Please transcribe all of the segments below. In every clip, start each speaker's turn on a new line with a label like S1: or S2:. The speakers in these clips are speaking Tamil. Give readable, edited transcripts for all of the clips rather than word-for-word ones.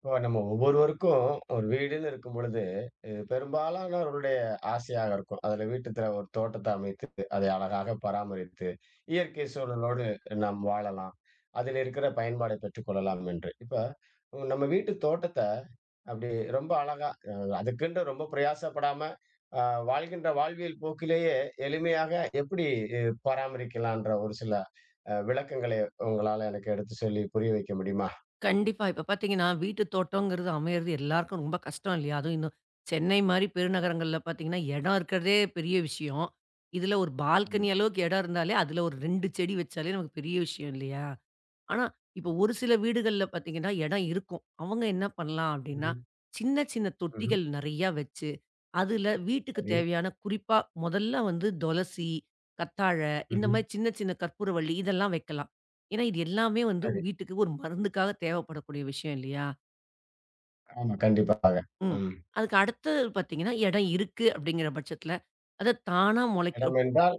S1: இப்போ நம்ம ஒவ்வொருவருக்கும் ஒரு வீடுன்னு இருக்கும் பொழுது, இது பெரும்பாலானவர்களுடைய ஆசையாக இருக்கும். அதுல வீட்டுல ஒரு தோட்டத்தை அமைத்து அதை அழகாக பராமரித்து இயற்கை சூழலோடு நாம் வாழலாம், அதில் இருக்கிற பயன்பாடை பெற்றுக்கொள்ளலாம் என்று. இப்ப நம்ம வீட்டு தோட்டத்தை அப்படி ரொம்ப அழகா, அதுக்குன்ற ரொம்ப பிரயாசப்படாம, வாழ்கின்ற வாழ்வியல் போக்கிலேயே எளிமையாக எப்படி பராமரிக்கலான்ற ஒரு சில விளக்கங்களை உங்களால எனக்கு எடுத்து சொல்லி புரிய வைக்க முடியுமா?
S2: கண்டிப்பா. இப்ப பார்த்தீங்கன்னா, வீட்டு தோட்டங்கிறது அமையறது எல்லாருக்கும் ரொம்ப கஷ்டம் இல்லையா? அதுவும் இன்னும் சென்னை மாரி பெருநகரங்கள்ல பார்த்தீங்கன்னா, இடம் இருக்கிறதே பெரிய விஷயம். இதுல ஒரு
S1: ஆமா.
S2: பால்கனி அளவுக்கு இடம் இருந்தாலே, அதுல ஒரு 2 செடி வச்சாலே நமக்கு பெரிய விஷயம் இல்லையா? ஆனா, இப்ப ஒரு சில வீடுகள்ல பார்த்தீங்கன்னா, இடம் இருக்கும். அவங்க என்ன பண்ணலாம் அப்படின்னா,
S1: ம்ஹும்.
S2: சின்ன சின்ன
S1: ம்ஹும்.
S2: தொட்டிகள் நெறையா வச்சு அதுல வீட்டுக்கு
S1: சரி.
S2: தேவையான குறிப்பா முதல்ல வந்து துளசி, கத்தாழ இந்த
S1: ம்ஹ்ம்.
S2: மாரி சின்ன சின்ன கற்பூரவள்ளி இதெல்லாம் வைக்கலாம். ஏன்னா, இது எல்லாமே வந்து
S1: சரி.
S2: வீட்டுக்கு ஒரு மருந்துக்காக தேவைப்படக்கூடிய விஷயம் இல்லையா?
S1: ஆமா, கண்டிப்பாக.
S2: ம்.
S1: ம்.
S2: அதுக்கு அடுத்தது பார்த்தீங்கன்னா, இடம் இருக்கு அப்படிங்கிற பட்சத்துல, அத தானா
S1: இடம்
S2: முளைக்க
S1: என்றால்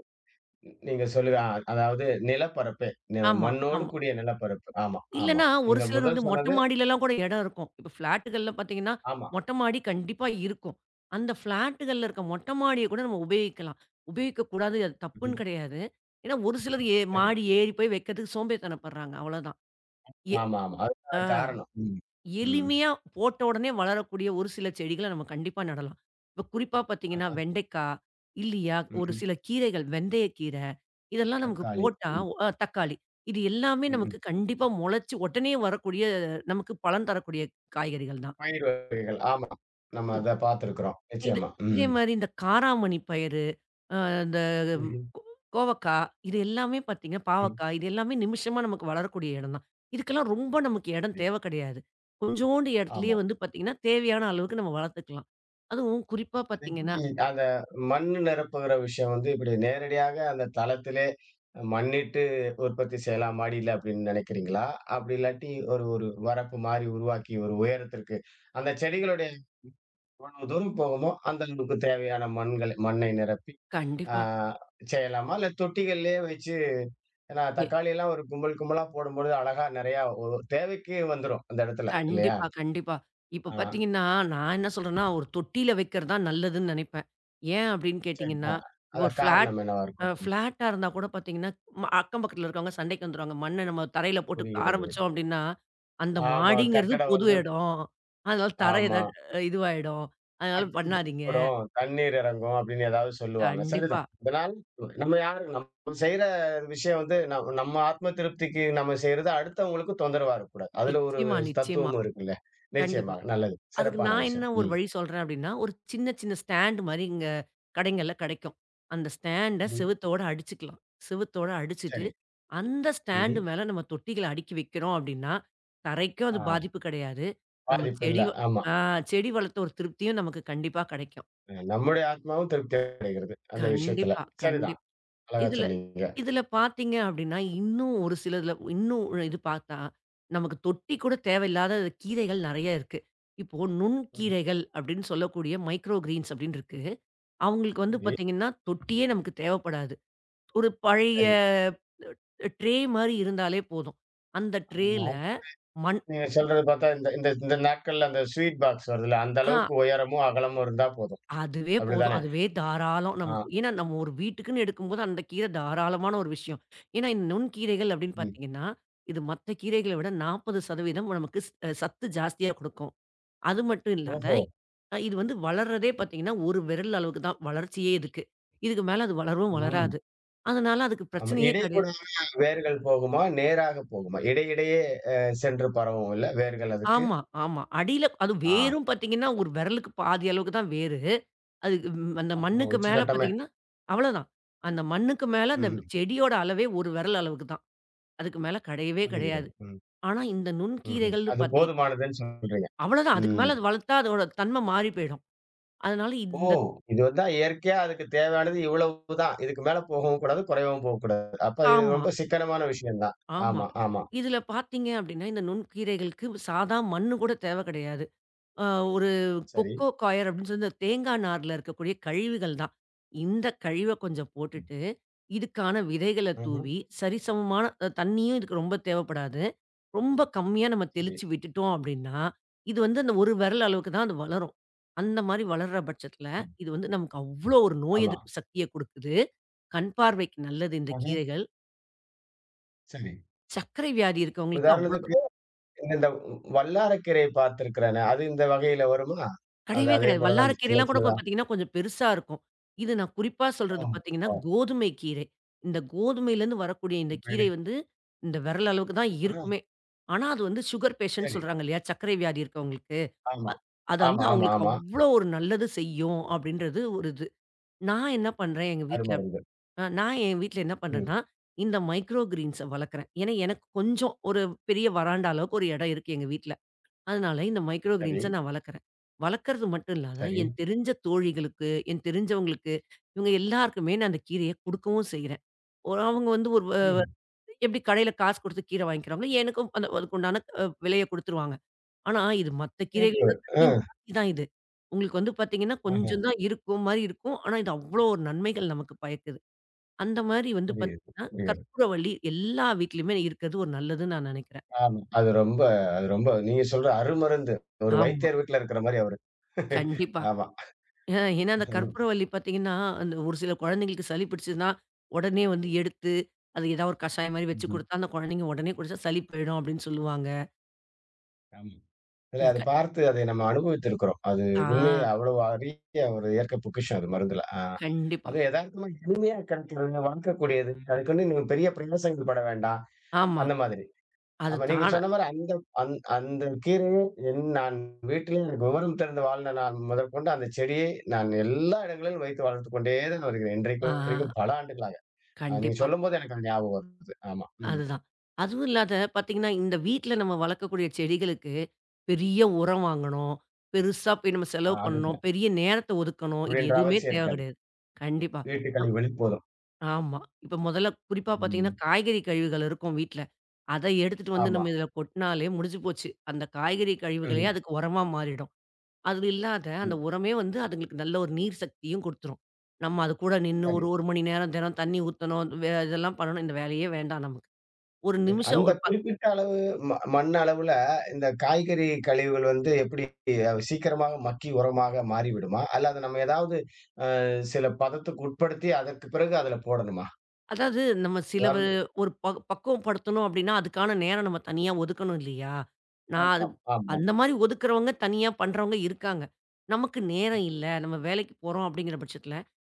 S1: நீங்க சொல்லு. அதாவது நிலப்பரப்பே. நி
S2: ஆமா,
S1: மண்ணோடு
S2: ஆமா.
S1: கூடிய நிலப்பரப்பு. ஆமா, ஆமா.
S2: இல்லன்னா, ஒரு
S1: நீங்கள்
S2: சிலர் வந்து
S1: முதல்
S2: மொட்டை
S1: சொன்னது.
S2: மாடிலலாம் கூட இடம் இருக்கும். இப்ப ஃப்ளாட்டுகள்ல பார்த்தீங்கன்னா,
S1: ஆமா.
S2: மொட்டை மாடி கண்டிப்பா இருக்கும். அந்த ஃப்ளாட்டுகள்ல இருக்க மொட்டை மாடிய கூட நம்ம உபயோகிக்கலாம். உபயோகிக்கக்கூடாது, அது
S1: ம்ஹ்ம்.
S2: தப்புன்னு கிடையாது. ஏன்னா, ஒரு சிலர் ஏ
S1: சரி.
S2: மாடி ஏறி போய் வைக்கிறதுக்கு சோம்பேறித்தனப்படுறாங்க. அவ்வளோதான். எ
S1: ஆமா, ஆமா.
S2: ஆ.
S1: அதுதான் காரணம். ம். ம்.
S2: எளிமையா போட்ட உடனே வளரக்கூடிய ஒரு சில செடிகள நம்ம கண்டிப்பா நடலாம். இப்ப குறிப்பா பார்த்தீங்கன்னா,
S1: ஆஹா.
S2: வெண்டைக்கா, இல்லியா ஒரு
S1: ம்ஹ்ம்.
S2: சில கீரைகள், வெந்தயக்கீர, இதெல்லாம் நமக்கு
S1: தக்காளி.
S2: போட்டா
S1: ம்.
S2: அ தக்காளி. இது எல்லாமே
S1: ம்ஹ்ம்.
S2: நமக்கு கண்டிப்பா முளைச்சு உடனே வரக்கூடிய, நமக்கு பலன் தரக்கூடிய காய்கறிகள் தான்.
S1: பயிர் வகைகள். ஆமா. நம்ம
S2: ம்.
S1: அத பார்த்திருக்கிறோம்.
S2: இது
S1: நிச்சயமா.
S2: இதே
S1: ம்.
S2: மாரி இந்த காராமணி பயறு, அ அந்த ம்,
S1: ம்ஹ்ம்.
S2: கோவக்கா, இது எல்லாமே பார்த்தீங்கன்னா
S1: ம்.
S2: பாவக்காய், இது எல்லாமே நிமிஷமா நமக்கு வளரக்கூடிய இடம் தான். இதுக்கெல்லாம் ரொம்ப நமக்கு இடம்
S1: சரி.
S2: தேவை கிடையாது. கொஞ்சோண்டு இடத்துலயே
S1: ஆமா.
S2: வந்து பார்த்தீங்கன்னா, தேவையான அளவுக்கு நம்ம வளர்த்துக்கலாம். அதுவும் குறிப்பா பார்த்தீங்கன்னா
S1: எப்படி அந்த மண் நிரப்புகிற விஷயம் வந்து இப்படி நேரடியாக அந்த தளத்திலே மண்ணிட்டு உற்பத்தி செய்யலாம் மாடியில அப்படின்னு நினைக்கிறீங்களா? அப்படி இல்லாட்டி ஒரு ஒரு வரப்பு மாரி உருவாக்கி ஒரு உயரத்திற்கு அந்த செடிகளுடைய எவ்வளவு தூரம் போகுமோ அந்த அளவுக்கு தேவையான மண்கள் மண்ணை நிரப்பி ஆ
S2: கண்டிப்பா.
S1: செய்யலாமா? இல்ல தொட்டிகள்லயே வச்சு ஏன்னா தக்காளி எல்லாம் ஒரு கும்பல் கும்பலா போடும்பொழுது அழகா நிறையா தேவைக்கு வந்துரும் அந்த இடத்துல இல்லையா?
S2: கண்டிப்பா, கண்டிப்பா. இப்ப
S1: ஆ.
S2: பார்த்தீங்கன்னா, நான் என்ன சொல்றேன்னா, ஒரு தொட்டியில வைக்கிறது தான் நல்லதுன்னு நெனைப்பேன். ஏன் அப்படின்னு
S1: சரி.
S2: கேட்டீங்கன்னா, இப்போ ஒரு
S1: அதான்
S2: ஃப்ளாட்
S1: காரணம் என்னவா
S2: அ
S1: இருக்கும்? ம்.
S2: ஃப்ளாட்டா இருந்தா கூட பார்த்தீங்கன்னா, ம அக்கம் பக்கத்துல இருக்கவங்க சண்டைக்கு வந்துருவாங்க. மண்ண நம்ம தரையில போட்டு
S1: புரிகிறது.
S2: ஆரம்பிச்சோம் அப்படின்னா, அந்த
S1: ஆமா.
S2: மாடிங்கிறது
S1: கட்டடம்
S2: பொது
S1: வந்து
S2: இடம். அதனால தரை
S1: ஆமா.
S2: ஏதாவது இதுவாயிடும். அதனால
S1: கட்டில்
S2: பண்ணாதீங்க.
S1: பாழ்படும், தண்ணீர் இறங்கும் அப்படின்னு ஏதாவது சொல்லுவாங்க.
S2: கண்டிப்பா.
S1: சரிதான். இதனால் நம்ம யாரு நம்ம செய்ற விஷயம் வந்து நம்ம ஆத்ம திருப்திக்கு நம்ம செய்றது அடுத்தவங்களுக்கு தொந்தரவா இருக்கக்கூடாது. அதுல ஒரு
S2: நிச்சயமா, நிச்சயமா.
S1: தத்துவமும் இருக்குல்ல.
S2: கண்டிப்பா.
S1: நிச்சயமாக. நல்லது.
S2: அதுக்கு
S1: சிறப்பான
S2: நான் என்ன
S1: விஷயம்.
S2: ஒரு
S1: ம்.
S2: வழி சொல்றேன் அப்டின்னா, ஒரு சின்ன சின்ன ஸ்டாண்ட் மாரி இங்க கடைங்கள்ல கெடைக்கும். அந்த ஸ்டாண்ட
S1: ம்ஹ்ம்.
S2: செவுத்தோட அடிச்சுக்கலாம். செவுத்தோட அடிச்சுட்டு,
S1: சரி.
S2: அந்த ஸ்டாண்டு
S1: ம்ஹ்ம்.
S2: மேல நம்ம தொட்டிகள அடுக்கி வைக்கிறோம் அப்டின்னா, தரைக்கும் அது
S1: ஆ.
S2: பாதிப்பு கெடையாது. நம்ம
S1: பாதிப்பு இல்ல.
S2: செடி வ
S1: ஆமா.
S2: ஆ செடி வளர்த்த ஒரு திருப்தியும் நமக்கு கண்டிப்பா கெடைக்கும்.
S1: நம்முடைய ஆத்மாவும் திருப்தி அடைகிறது அந்த விஷயத்துல.
S2: கண்டிப்பா,
S1: சரிதான்.
S2: கண்டிப்பா.
S1: அழகா
S2: இதுல
S1: சொன்னீங்க.
S2: இதுல பார்த்தீங்க அப்டின்னா, இன்னும் ஒரு சிலதுல இன்னும் இது பார்த்தா, நமக்கு தொட்டி கூட தேவையில்லாத கீரைகள் நெறைய இருக்கு. இப்போ
S1: ம்ஹ்ம்.
S2: நுண்கீரைகள் அப்டின்னு சொல்லக்கூடிய மைக்ரோ கிரீன்ஸ் அப்டின்னு இருக்கு. அவங்களுக்கு வந்து
S1: சரி.
S2: பார்த்தீங்கன்னா, தொட்டியே நமக்கு தேவைப்படாது. ஒரு பழைய
S1: சரி.
S2: ட்ரே மாரி இருந்தாலே போதும். அந்த
S1: ஆ.
S2: ட்ரேல மண்
S1: நீங்க சொல்றது பார்த்தா, இந்த இந்த இந்த நாட்கள்ல அந்த ஸ்வீட் பாக்ஸ் வருதுல்ல, அந்த
S2: ஆ
S1: அளவுக்கு உயரமும், அகலமும் இருந்தா போதும்.
S2: அதுவே போதும்.
S1: அப்படிதானே?
S2: அதுவே தாராளம்
S1: ஆ.
S2: நமக்கு. ஏன்னா நம்ம ஒரு வீட்டுக்குன்னு எடுக்கும்போது அந்த கீரை தாராளமான ஒரு விஷயம். ஏன்னா இந்த நுண்கீரைகள் அப்படின்னு
S1: ம்.
S2: பார்த்தீங்கன்னா, இது மத்த கீரைகள விட 40% நமக்கு ஸ் சத்து ஜாஸ்தியா குடுக்கும். அது மட்டும் இல்லாத,
S1: ஓஹோ!
S2: அ இது வந்து வளர்றதே பார்த்தீங்கன்னா, ஒரு விரல் அளவுக்கு தான் வளர்ச்சியே இதுக்கு. இதுக்கு மேல அது வளரவும்
S1: ம்.
S2: வளராது. அதனால அதுக்கு
S1: ஆமா.
S2: பிரச்சனையே கிடையாது.
S1: இடையூடாக வேர்கள் போகுமா? நேராக போகுமா? இடையிடையே அ சென்று பரவும் இல்ல, வேர்கள் அதுக்கு?
S2: ஆமா, ஆமா. அடியில அது
S1: ஆ.
S2: வேரும் பார்த்தீங்கன்னா, ஒரு விரலுக்கு பாதி அளவுக்கு தான் வேரு. அது ம் அந்த
S1: அ
S2: மண்ணுக்கு மேல
S1: உச்சகட்டமே.
S2: பார்த்தீங்கன்னா, அவ்வளோதான். அந்த மண்ணுக்கு மேல அந்த
S1: ம்.
S2: செடியோட அளவே ஒரு விரல் அளவுக்கு தான். அதுக்கு மேல கிடையவே கிடையாது.
S1: புரிகிறது. ம்.
S2: ஆனா, இந்த
S1: ம்ஹ்ம்.
S2: நுண்கீரைகள்னு
S1: அது
S2: பார்த்தீங்க
S1: போதுமானதுன்னு சொல்றீங்க.
S2: அவ்வளோதான். அதுக்கு
S1: ம்.
S2: மேல அது வளர்த்தா அதோட தன்மை மாறி போயிடும். அதனால
S1: ஓ!
S2: இந்த
S1: இது வந்தா இயற்கையா அதுக்கு தேவையானது இவ்வளவு தான். இதுக்கு மேல போகவும் கூடாது, குறையவும் போகக்கூடாது. அப்ப இது
S2: ஆமா,
S1: ரொம்ப சிக்கனமான விஷயம் தான்.
S2: ஆமா.
S1: ஆமா, ஆமா.
S2: இதில பார்த்தீங்க அப்டின்னா, இந்த நுண்கீரைகளுக்கு சாதா மண்ணு கூட தேவை கிடையாது. அ ஒரு
S1: சரி.
S2: கொக்கோ காயர் அப்படின்னு சொல்லி இந்த தேங்காய் நார்ல இருக்கக்கூடிய கழிவுகள் தான். இந்த கழிவ கொஞ்சம் போட்டுட்டு, இதுக்கான விதைகள
S1: ம்ஹ்ம்.
S2: தூவி சரிசமமான அ தண்ணியும் இதுக்கு ரொம்ப தேவைப்படாது. ரொம்ப கம்மியா நம்ம
S1: சரி.
S2: தெளிச்சு விட்டுட்டோம் அப்படின்னா, இது வந்து அந்த ஒரு விரல் அளவுக்கு தான் அது வளரும். அந்த மாரி வளர்ற பட்சத்தில,
S1: ம்.
S2: இது வந்து நமக்கு அவ்ளோ ஒரு நோய்
S1: ஆமா.
S2: எதிர்ப்பு சக்திய குடுக்குது. கண் பார்வைக்கு நல்லது இந்த
S1: ஆஹா,
S2: கீரைகள்.
S1: சரி.
S2: சர்க்கரை வியாதி இருக்கவங்களுக்கு அவ்ளோ
S1: உதாரணத்துக்கு இந்த வல்லாரக்கீரை பார்த்திருக்கிறேனே, அது இந்த வகையில வருமா? அது
S2: கிடையவே
S1: அதே
S2: கிடையாது.
S1: போல தான் அந்த சின்ன
S2: வல்லாரக்கீரைலாம் கூட கொ
S1: சின்னதா.
S2: பார்த்தீங்கன்னா, கொஞ்சம் பெருசா இருக்கும். இது நான் குறிப்பா
S1: ஓ!
S2: சொல்றது பார்த்தீங்கன்னா,
S1: ஓ!
S2: கோதுமை கீரை. இந்த கோதுமையிலேருந்து வரக்கூடிய இந்த
S1: இப்ப
S2: கீரை
S1: எனக்கு
S2: வந்து, இந்த விரல் அளவுக்கு தான்
S1: ஆ.
S2: இருக்குமே! ஆனா, அது வந்து சுகர் பேஷண்ட்
S1: சரி.
S2: சொல்றாங்க இல்லயா! சர்க்கரை வியாதி இருக்கவங்களுக்கு.
S1: ஆமா.
S2: அது வந்து
S1: ஆமா, ஆமா,
S2: அவங்களுக்கு
S1: ஆமா.
S2: அவ்ளோ ஒரு நல்லது செய்யும் அப்பிடின்றது ஒரு இது. நான் என்ன பண்றேன் எங்க வீட்ல
S1: அருமருந்து.
S2: அ நான் என் வீட்ல என்ன
S1: ம்.
S2: பண்றேன்னா, இந்த மைக்ரோ கிரீன்ஸ வளர்க்கிறேன். ஏன்னா, எனக்கு கொஞ்சம் ஒரு பெரிய வராண்டா அளவுக்கு ஒரு இடம் இருக்கு எங்க வீட்ல. அதனால இந்த மைக்ரோ
S1: சரி,
S2: கிரீன்ஸ நான் வளர்க்குறேன். வளர்க்கறது மட்டும் இல்லாத,
S1: சரி.
S2: என் தெரிஞ்ச தோழிகளுக்கு, என் தெரிஞ்சவங்களுக்கு, இவங்க எல்லாருக்குமே நான் அந்த கீரைய குடுக்கவும் செய்றேன். ஒரு அவங்க வந்து ஒரு வ
S1: ம்.
S2: எப்படி கடையில காசு குடுத்து கீரை வாங்கிக்கிறாங்களோ, எனக்கும் அந்த அதுக்குண்டான அ விலைய குடுத்துருவாங்க. ஆனா இது மத்த கீரைகள
S1: இருக்கு.
S2: விட
S1: அ.
S2: விலையும் ஜாஸ்தி தான் இது. உங்களுக்கு வந்து பார்த்தீங்கன்னா,
S1: ஆஹா.
S2: கொஞ்சம் தான் இருக்கும் மாரி இருக்கும். ஆனா இது அவ்வளோ ஒரு நன்மைகள் நமக்கு பயக்குது. அந்த மாரி வந்து
S1: புரியுது,
S2: பார்த்தீங்கன்னா,
S1: புரியுது.
S2: கற்பூரவள்ளி எல்லா வீட்லயுமே இருக்கிறது ஒரு நல்லதுன்னு நான் நெனைக்கிறேன்.
S1: ஆமா. அது ரொம்ப, அது ரொம்ப நீங்க சொல்ற அருமருந்து. ஒரு
S2: ஆமா.
S1: வைத்தியர் வீட்ல இருக்கிற மாரி அவரு.
S2: கண்டிப்பா.
S1: ஆமா.
S2: அ ஏன்னா அந்த கற்பூரவள்ளி பார்த்தீங்கன்னா, அந்த ஒரு சில குழந்தைங்களுக்கு சளி பிடிச்சதுன்னா, உடனே வந்து எடுத்து, அது ஏதாவது ஒரு கஷாயம் மாரி வச்சு
S1: ம்ஹ்ம்.
S2: குடுத்தா, அந்த குழந்தைங்க உடனே குடிச்சா சளி போயிடும் அப்படின்னு சொல்லுவாங்க.
S1: ஆமா. இல்ல
S2: ம்
S1: அத
S2: க
S1: பார்த்து அதை நம்ம அனுபவித்திருக்கிறோம். அது
S2: ஆ
S1: உண்மையே அவ்வளவு அரிய ஒரு இயற்கை பொக்கிஷம் அது மருந்துல. ஆ.
S2: கண்டிப்பா.
S1: அது எதார்த்தமா எளிமையா கிடைக்கிறது, வாங்கக்கூடியது. அதுக்குன்னு நீங்க பெரிய பிரயாசங்கள் பட வேண்டாம்.
S2: ஆமா.
S1: அந்த மாதிரி.
S2: அது
S1: ஆமா, நீங்க
S2: தானா
S1: சொன்ன மாரி அந்த அந்த கீரையே நான் வீட்டிலே எனக்கு விவரம் தெரிந்து வாழ்ந்த நான் முதற்கொண்டு அந்த செடியை நான் எல்லா இடங்களிலும் வைத்து வளர்த்துக் கொண்டே தான் வருகிறேன். இன்றைக்கு
S2: ஆ
S1: வரைக்கும் பல ஆண்டுகளாக. நீங்க
S2: கண்டிப்பா.
S1: சொல்லும்போது எனக்கு அது ஞாபகம் வருது. ஆமா. ம்.
S2: அதுதான். அதுவும் இல்லாத பார்த்தீங்கன்னா, இந்த வீட்ல நம்ம வளர்க்கக்கூடிய செடிகளுக்கு பெரிய உரம் வாங்கணும். பெருசா போய் நம்ம செலவு பண்ணணும்.
S1: அதுதான்.
S2: பெரிய நேரத்த ஒதுக்கணும். இது
S1: அப்படின்ற
S2: எதுவுமே
S1: அவசியம்
S2: தேவை
S1: இருக்காது.
S2: கிடையாது. கண்டிப்பா.
S1: வீட்டுகளின் வெளிப்போதும்.
S2: ஆமா. இப்ப முதல்ல குறிப்பா பார்த்தீங்கன்னா,
S1: ம்.
S2: காய்கறி கழிவுகள் இருக்கும் வீட்ல. அத எடுத்துட்டு வந்து
S1: ஆமா.
S2: நம்ம இதில கொட்னாலே முடிஞ்சு போச்சு. அந்த காய்கறி கழிவுகளே
S1: ம்ஹ்ம்.
S2: அதுக்கு உரமா மாறிடும். அது இல்லாத அந்த
S1: ம்.
S2: உரமே வந்து அதுங்களுக்கு நல்ல ஒரு நீர் சக்தியும் குடுத்துரும். நம்ம அது கூட நின்னு
S1: சரி.
S2: ஒரு 1 மணி நேரம் தினம் தண்ணி ஊத்தணும். வே இதெல்லாம் பண்ணணும். இந்த வேலையே வேண்டாம் நமக்கு. ஒரு நிமிஷம்
S1: அந்த
S2: ஒரு
S1: குறிப்பிட்ட அளவு மண் அளவுல இந்த காய்கறி கழிவுகள் வந்து எப்படி சீக்கிரமாக மக்கி உரமாக மாறிவிடுமா? அல்ல அத நம்ம ஏதாவது அ சில பதத்துக்கு உட்படுத்தி அதற்கு பிறகு அதில போடணுமா?
S2: அதாவது நம்ம சில வ
S1: உதாரணத்துக்கு.
S2: ஒரு ப பக்குவம் படுத்தணும் அப்படின்னா, அதுக்கான நேரம் நம்ம தனியா ஒதுக்கணும் இல்லையா? நான் அது
S1: ஆமாம், ஆமாம்.
S2: அந்த மாரி ஒதுக்குறவங்க, தனியா பண்றவங்க இருக்காங்க. நமக்கு நேரம் இல்ல. நம்ம வேலைக்கு போறோம் அப்படிங்கிற பட்சத்தில,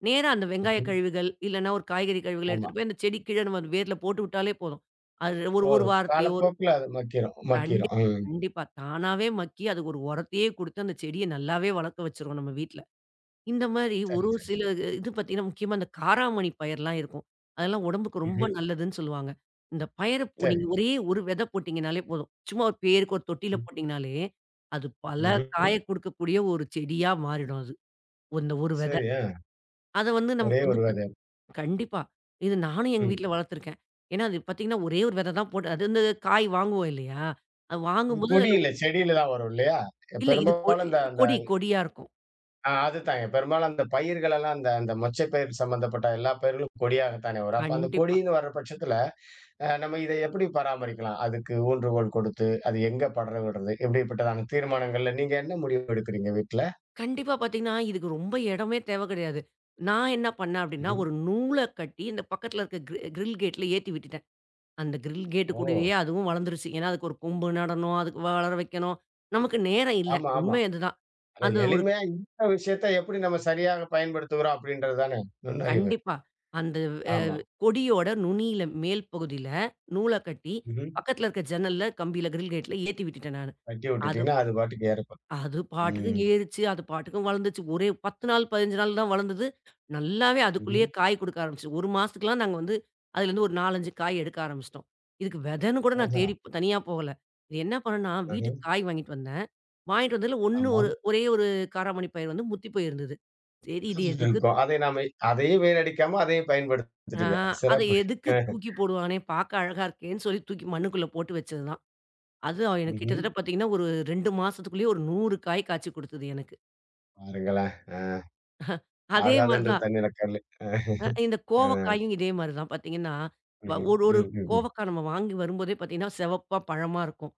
S2: நேரா அந்த வெங்காய
S1: ம்ஹ்ம்.
S2: கழிவுகள், இல்லன்னா ஒரு காய்கறி கழிவுகள
S1: ஆமா.
S2: எடுத்துட்டு போய் அந்த செடி கீழ நம்ம வேர்ல போட்டு விட்டாலே போதும். அது ஒரு ஒரு வாரத்திலயோ ஒரு
S1: காலப்போக்குல அது மக்கிரும்,
S2: கண்டிப்
S1: மக்கிரும். ம்.
S2: கண்டிப்பா. தானாவே மக்கி அதுக்கு ஒரு உரத்தையே குடுத்து அந்த செடிய நல்லாவே வளர்க்க வச்சுரும் நம்ம வீட்ல. இந்த மாரி
S1: சரி,
S2: ஒரு
S1: சரி.
S2: சில இது பார்த்தீங்கன்னா, முக்கியமா இந்த காராமணி பயர்லாம் இருக்கும். அதெல்லாம் உடம்புக்கு ரொம்ப
S1: ம்ஹ்ம்.
S2: நல்லதுன்னு சொல்லுவாங்க. இந்த பயர
S1: சரி.
S2: நீங்க ஒரே ஒரு விதை போட்டீங்கனாலே போதும். சும்மா ஒரு பேருக்கு ஒரு தொட்டியில
S1: ம்.
S2: போட்டீங்கனாலே, அது பல
S1: ம்ஹ்ம்.
S2: காய குடுக்கக்கூடிய ஒரு செடியா மாறிடும் அது. இந்த ஒரு விதை.
S1: சரி. ஆ.
S2: அத வந்து
S1: ஒரே
S2: நமக்கு வந்து
S1: ஒரு வித.
S2: பாத் கண்டிப்பா. இது நானும் எங்க
S1: ம்.
S2: வீட்ல வளர்த்துருக்கேன். ஏன்னா, அது பார்த்தீங்கன்னா, ஒரே ஒரு விதை தான் போட்டு அது வந்து காய் வாங்குவோம் இல்லையா? அது
S1: இது
S2: வாங்கும்போது அதில
S1: கொடியில, செடியில தான் வரும் இல்லையா?
S2: இல்ல இது கொ
S1: பெரும்பாலும் இந்த அந்த
S2: கொடி கொடியா இருக்கும்.
S1: ஆ அதுதாங்க. பெரும்பாலும் அந்த பயிர்கள் எல்லாம் அந்த அந்த மொச்சை பயிர் சம்பந்தப்பட்ட எல்லா பயிர்களும் கொடியாகத்தானே வரும். அப்ப அந்த
S2: கண்டிப்பா.
S1: கொடின்னு வர்ற பட்சத்துல, நம்ம இதை எப்படி பராமரிக்கலாம்? அதுக்கு ஊன்றுகோல் கொடுத்து, அது எங்க படர விடுறது? எப்படிப்பட்டதான தீர்மானங்கள்ல நீங்க என்ன முடிவு எடுக்கிறீங்க வீட்ல?
S2: கண்டிப்பா பார்த்தீங்கன்னா, இதுக்கு ரொம்ப இடமே தேவை கிடையாது. நான் என்ன பண்ணேன் அப்படின்னா,
S1: ம்.
S2: ஒரு நூல கட்டி இந்த பக்கத்துல இருக்க கிரி கிரில் கேட்ல ஏத்தி விட்டுட்டேன். அந்த கிரில் கேட் கூடயே
S1: ஓ!
S2: அதுவும் வளர்ந்துருச்சு. ஏன்னா, அதுக்கு ஒரு கொம்பு நடணும், அதுக்கு வளர வைக்கணும். நமக்கு நேரம் இல்ல.
S1: ஆமா, ஆமா.
S2: உண்மை அதுதான்.
S1: அத
S2: அந்த ஒரு
S1: எளிமையா இருக்கிற விஷயத்த எப்படி நம்ம சரியாக பயன்படுத்துகிறோம் அப்படின்றது தானே நுண்ணறிவு.
S2: கண்டிப்பா. அந்த அ
S1: ஆமா.
S2: கொடியோட நுனியில மேல் பகுதியில நூல கட்டி,
S1: ம்ஹ்ம்.
S2: பக்கத்துல இருக்க ஜன்னல்ல, கம்பியில கிரில் கேட்ல ஏத்தி விட்டுட்டேன் நானு.
S1: கட்டி
S2: அது
S1: விட்டுட்டீங்கன்னா, அது பாட்டுக்கு ஏறப்போது.
S2: அது பாட்டுக்கும்
S1: ம்.
S2: ஏறுச்சு. அது பாட்டுக்கும் வளர்ந்துச்சு. ஒரே 10 நாள், 15 நாள் தான் வளர்ந்தது. நல்லாவே
S1: ம்ஹ்ம்.
S2: அதுக்குள்ளேயே காய் குடுக்க ஆரம்பிச்சுது. 1 மாசத்துக்குலாம் நாங்க வந்து அதுலேருந்து ஒரு 4, 5 காய் எடுக்க ஆரம்பிச்சுட்டோம். இதுக்கு வெதைன்னு கூட நான் தேடி
S1: அதான்.
S2: போ- தனியா போகல. இது என்ன பண்ணேன்னா,
S1: அஹ.
S2: வீட்டுக்கு காய் வாங்கிட்டு வந்தேன். வாங்கிட்டு வந்ததுல 1
S1: ஆமா.
S2: ஒரு ஒரே 1 காராமணி பயிர் வந்து முத்தி போயிருந்தது. சரி இது எதுக்கு
S1: இருக்கும். அதை நாம அதையும் வீணடிக்காம அதையும்
S2: ஆ
S1: பயன்படுத்திட்டீங்க.
S2: அத
S1: சிறப்பு.
S2: எதுக்கு தூக்கி போடுவானே, பார்க்க அழகா இருக்கேன்னு சொல்லி தூக்கி மண்ணுக்குள்ள போட்டு வச்சது தான். அது எனக்கு
S1: ம்ஹ்ம்.
S2: கிட்டத்தட்ட பார்த்தீங்கன்னா, ஒரு 2 மாசத்துக்குள்ளேயே ஒரு 100 காய் காய்ச்சி குடுத்தது எனக்கு.
S1: பாருங்களேன். அ
S2: அதே மாரி
S1: ஆகாதென்று
S2: தான்
S1: தண்ணீர கல்லில் அ.
S2: அ இந்த கோவக்காயும் இதே மாரி தான் பார்த்தீங்கன்னா, வ
S1: ம்ஹ்ம்.
S2: ஒரு ஒரு
S1: ம், ம், ம்.
S2: கோவக்கா நம்ம வாங்கி வரும்போதே பார்த்தீங்கன்னா, சிவப்பா பழமா இருக்கும்.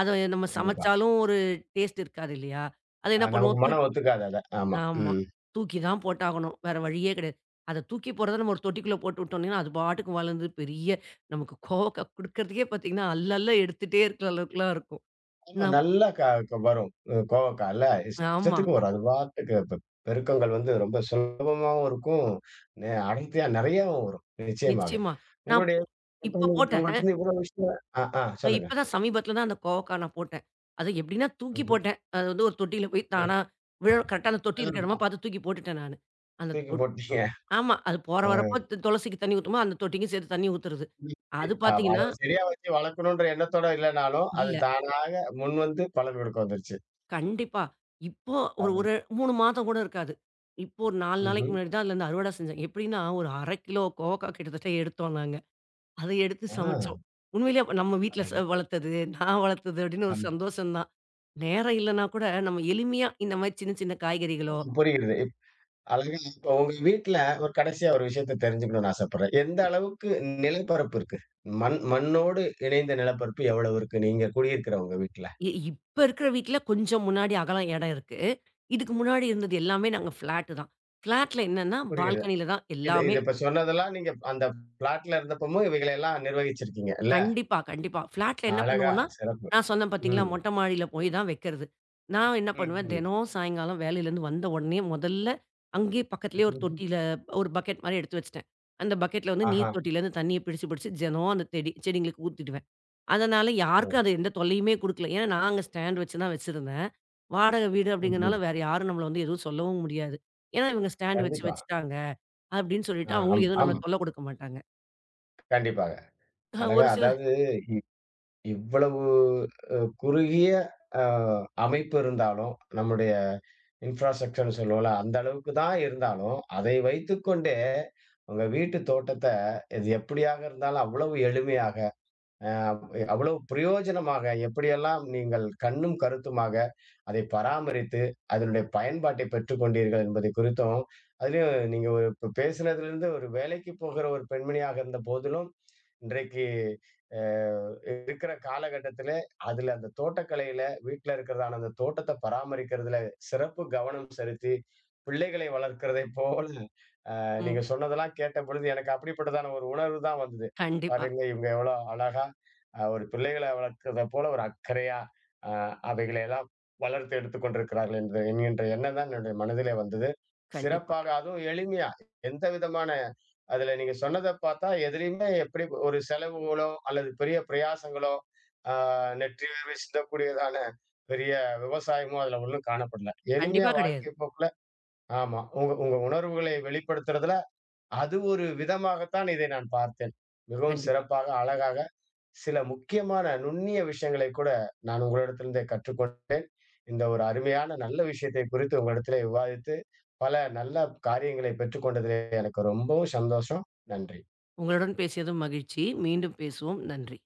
S2: அத நம்ம
S1: கண்டிப்பா.
S2: சமைச்சாலும் ஒரு டேஸ்ட் இருக்காது இல்லையா? அத என்ன
S1: நமக்கு
S2: பண்ணுவோம்
S1: மனம்
S2: தூக்
S1: ஒத்துக்காது அத. ஆமா.
S2: ஆமா.
S1: ம்.
S2: தூக்கி தான் போட்டாகணும். வேற வழியே கிடையாது. அத தூக்கி போடுறத நம்ம ஒரு தொட்டிக்குள்ள போட்டு விட்டோம்னா, அது பாட்டுக்கு வளர்ந்து பெரிய நமக்கு கோவக்கா குடுக்கறதுக்கே பார்த்தீங்கன்னா, அல்ல அல்ல எடுத்துட்டே இருக்கிற அளவுக்குலாம் இருக்கும்.
S1: ஆமா
S2: நான்
S1: நல்லா க க வரும். கோவக்கால்ல
S2: ஆமா.
S1: இஷ்டத்துக்கு வரும். அது பாட்டுக்கு பெருக்கங்கள் வந்து ரொம்ப சுலபமாவும் இருக்கும். அடர்த்தியா நெறையாவும் வரும். நிச்சயமாக.
S2: நிச்சயமா. நான்
S1: உங்களுடைய
S2: போ
S1: இப்ப
S2: இப்ப
S1: நீங்க
S2: போட்டேன்.
S1: உங்கள்ட்ட இருந்து இவ்வளவு விஷயம் அ, ஆ
S2: அ
S1: சொல்லுங்க.
S2: இப்ப தான் சமீபத்தில தான் அந்த கோவக்கா நான் போட்டேன். அது எப்படின்னா தூக்கி
S1: ம்ஹ்ம்.
S2: போட்டேன். அது வந்து ஒரு தொட்டியில போய்
S1: ம்.
S2: தானா விழ கரெக்ட்டா அந்த தொட்டி இருக்கிற இடமா
S1: அதுதான்.
S2: பார்த்து தூக்கி போட்டுட்டேன் நானு. அந்த
S1: தூக்கி
S2: தொட்
S1: போட்டீங்க.
S2: ஆமா. அது போற
S1: அ.
S2: வரப்போ து துளசிக்கு தண்ணி ஊத்துமா, அந்த தொட்டிக்கும் சேர்த்து தண்ணி ஊத்துறது. அது
S1: ஆமா.
S2: பார்த்தீங்கன்னா
S1: அத சரியா வச்சு வளர்க்கணுன்ற எண்ணத்தோட இல்லனாலும், அது
S2: இல்ல.
S1: தானாக முன்வந்து பலன் கொடுக்க வந்துருச்சு.
S2: கண்டிப்பா. இப்போ ஒரு ஒரு 3 மாதம் கூட இருக்காது. இப்போ ஒரு 4 நாளைக்கு
S1: ம்ஹ்ம்.
S2: முன்னாடி தான் அதுலருந்து அறுவடை செஞ்சேன். எப்படின்னா ஒரு 1/2 கிலோ கோவக்கா கிட்டத்தட்ட எடுத்தோம் நாங்க. அத எடுத்து
S1: ஆ
S2: சமைச்சோம். உண்மையிலேயே அப்ப நம்ம வீட்ல ச
S1: அழகு.
S2: வளர்த்தது, நான் வளர்த்தது அப்படின்னு ஒரு
S1: அம்
S2: சந்தோஷம் தான். நேரம் இல்லன்னா கூட நம்ம எளிமையா இந்த மாரி சின்ன சின்ன காய்கறிகளோ,
S1: புரிகிறது. அழகா இப்ப உங்க வீட்ல ஒரு கடைசியா ஒரு விஷயத்த தெரிஞ்சுக்கணும்னு ஆசைப்படுறேன். எந்த
S2: ம்.
S1: அளவுக்கு நிலப்பரப்பு இருக்கு? மண்ணோடு இணைந்த நிலப்பரப்பு எவ்வளவு இருக்கு? நீங்க குடியிருக்கிற உங்க வீட்ல?
S2: இ இப்ப இருக்கிற வீட்ல கொஞ்சம் முன்னாடி அகலம் இடம் இருக்கு. இதுக்கு முன்னாடி இருந்தது எல்லாமே நாங்க ஃப்ளாட்டு தான். ஃப்ளாட்ல என்னன்னா,
S1: புரிகிறது.
S2: பால்கனியில தான்
S1: இது
S2: எல்லாமே
S1: இது இப்ப சொன்னதெல்லாம் நீங்க அந்த பிளாட்ல இருந்தப்பமும் இவைகளெல்லாம் நிர்வகிச்சிருக்கீங்க இல்ல?
S2: கண்டிப்பா, கண்டிப்பா. ஃப்ளாட்ல என்ன
S1: அழகா,
S2: பண்ணுவோம்னா,
S1: சிறப்பு.
S2: நான் சொன்னேன் பார்த்தீங்களா,
S1: ம்.
S2: மொட்டை மாடியில போய் தான் வைக்கிறது. நான் என்ன பண்ணுவேன்,
S1: ம்ஹ்ம்.
S2: தினம் சாயங்காலம் வேலையிலேருந்து வந்த உடனே முதல்ல அங்கேயே பக்கத்திலேயே ஒரு தொட்டியில ஒரு பக்கெட் மாரி எடுத்து வச்சுட்டேன். அந்த பக்கெட்ல வந்து
S1: ஆஹா.
S2: நீர் தொட்டியிலேருந்து தண்ணிய பிடிச்சு பிடிச்சு தினம் அந்த செடி செடிங்களுக்கு ஊத்திடுவேன். அதனால
S1: ம்.
S2: யாருக்கும் அது எந்த தொல்லையுமே குடுக்கல. ஏன்னா நாங்க ஸ்டாண்ட் வச்சு தான் வச்சிருந்தேன். வாடகை வீடு
S1: ம்.
S2: அப்படிங்கிறனால
S1: ம்.
S2: வேற யாரும் நம்மள வந்து எதுவும் சொல்லவும் முடியாது. ஏன்னா இவங்க ஸ்டாண்ட் வச்சு
S1: கண்டிப்பா.
S2: வச்சுட்டாங்க அப்படின்னு
S1: ஆ,
S2: சொல்லிட்டு
S1: ஆமா,
S2: அவங்களும் எதுவும் நம்மள
S1: ஆமா.
S2: தொல்ல குடுக்க மாட்டாங்க.
S1: கண்டிப்பாக. அழகா,
S2: ஒரு சில
S1: அதாவது இ இவ்வளவு குறுகிய அ அமைப்பு இருந்தாலும், நம்முடைய இன்ஃப்ராஸ்ட்ரக்சர்ன்னு சொல்லுவோம்ல, அந்த அளவுக்கு தான் இருந்தாலும், அதை வைத்துக்கொண்டே உங்க வீட்டு தோட்டத்த, இது எப்படியாக இருந்தாலும் அவ்வளவு எளிமையாக அ அவ்வளவு பிரயோஜனமாக எப்படியெல்லாம் நீங்கள் கண்ணும் கருத்துமாக அதை பராமரித்து, அதனுடைய பயன்பாட்டை பெற்றுக் கொண்டீர்கள் என்பதை குறித்தும், அதிலயும் நீங்க ஒரு இப்ப பேசினதிலிருந்து ஒரு வேலைக்கு போகிற ஒரு பெண்மணியாக இருந்த போதிலும், இன்றைக்கு அ இருக்கிற காலகட்டத்திலே, அதில அந்த தோட்டக்கலையில வீட்ல இருக்கிறதான அந்த தோட்டத்த பராமரிக்கிறதுல சிறப்பு கவனம் செலுத்தி, பிள்ளைகளை வளர்க்கிறதைப் போல நீங்க
S2: ம்.
S1: சொன்னதெல்லாம் கேட்ட பொழுது எனக்கு அப்படிப்பட்டதான ஒரு உணர்வு தான் வந்தது.
S2: கண்டிப்பா,
S1: பாருங்க இவங்க எவ்வளோ அழகா ஒரு பிள்ளைகள வளர்க்கிறத போல ஒரு அக்கறையா அ அவைகளை எல்லாம் வளர்த்து எடுத்துக் கொண்டிருக்கிறார்கள் என்ற என்கின்ற எண்ணம் தான் என்னுடைய மனதிலே வந்தது.
S2: கண்டிப்பா.
S1: சிறப்பாக அதுவும் எளிமையா எந்த விதமான அதில நீங்க சொன்னத பார்த்தா எதுலயுமே எப்படி ஒரு செலவுகளோ அல்லது பெரிய பிரயாசங்களோ அ நெற்றி வேர்வை சிந்தக்கூடியதான பெரிய விவசாயமும் அதில ஒண்ணும் காணப்படல. எளிமையா
S2: கண்டிப்பா கிடையாது.
S1: வாழ்க்கை போக்குல ஆமா. உங்க உங்க உணர்வுகளை வெளிப்படுத்துறதுல அது ஒரு விதமாகத்தான் இதை நான் பார்த்தேன். மிகவும்
S2: கண்டிப்பா.
S1: சிறப்பாக, அழகாக சில முக்கியமான நுண்ணிய விஷயங்களை கூட நான் உங்களிடத்திலிருந்தே கற்றுக்கொண்டேன். இந்த ஒரு அருமையான நல்ல விஷயத்தை குறித்து உங்களிடத்திலே விவாதித்து, பல நல்ல காரியங்களை பெற்றுக்கொண்டதிலே எனக்கு ரொம்பவும் சந்தோஷம். நன்றி.
S2: உங்களுடன் பேசியதும் மகிழ்ச்சி. மீண்டும் பேசுவோம். நன்றி.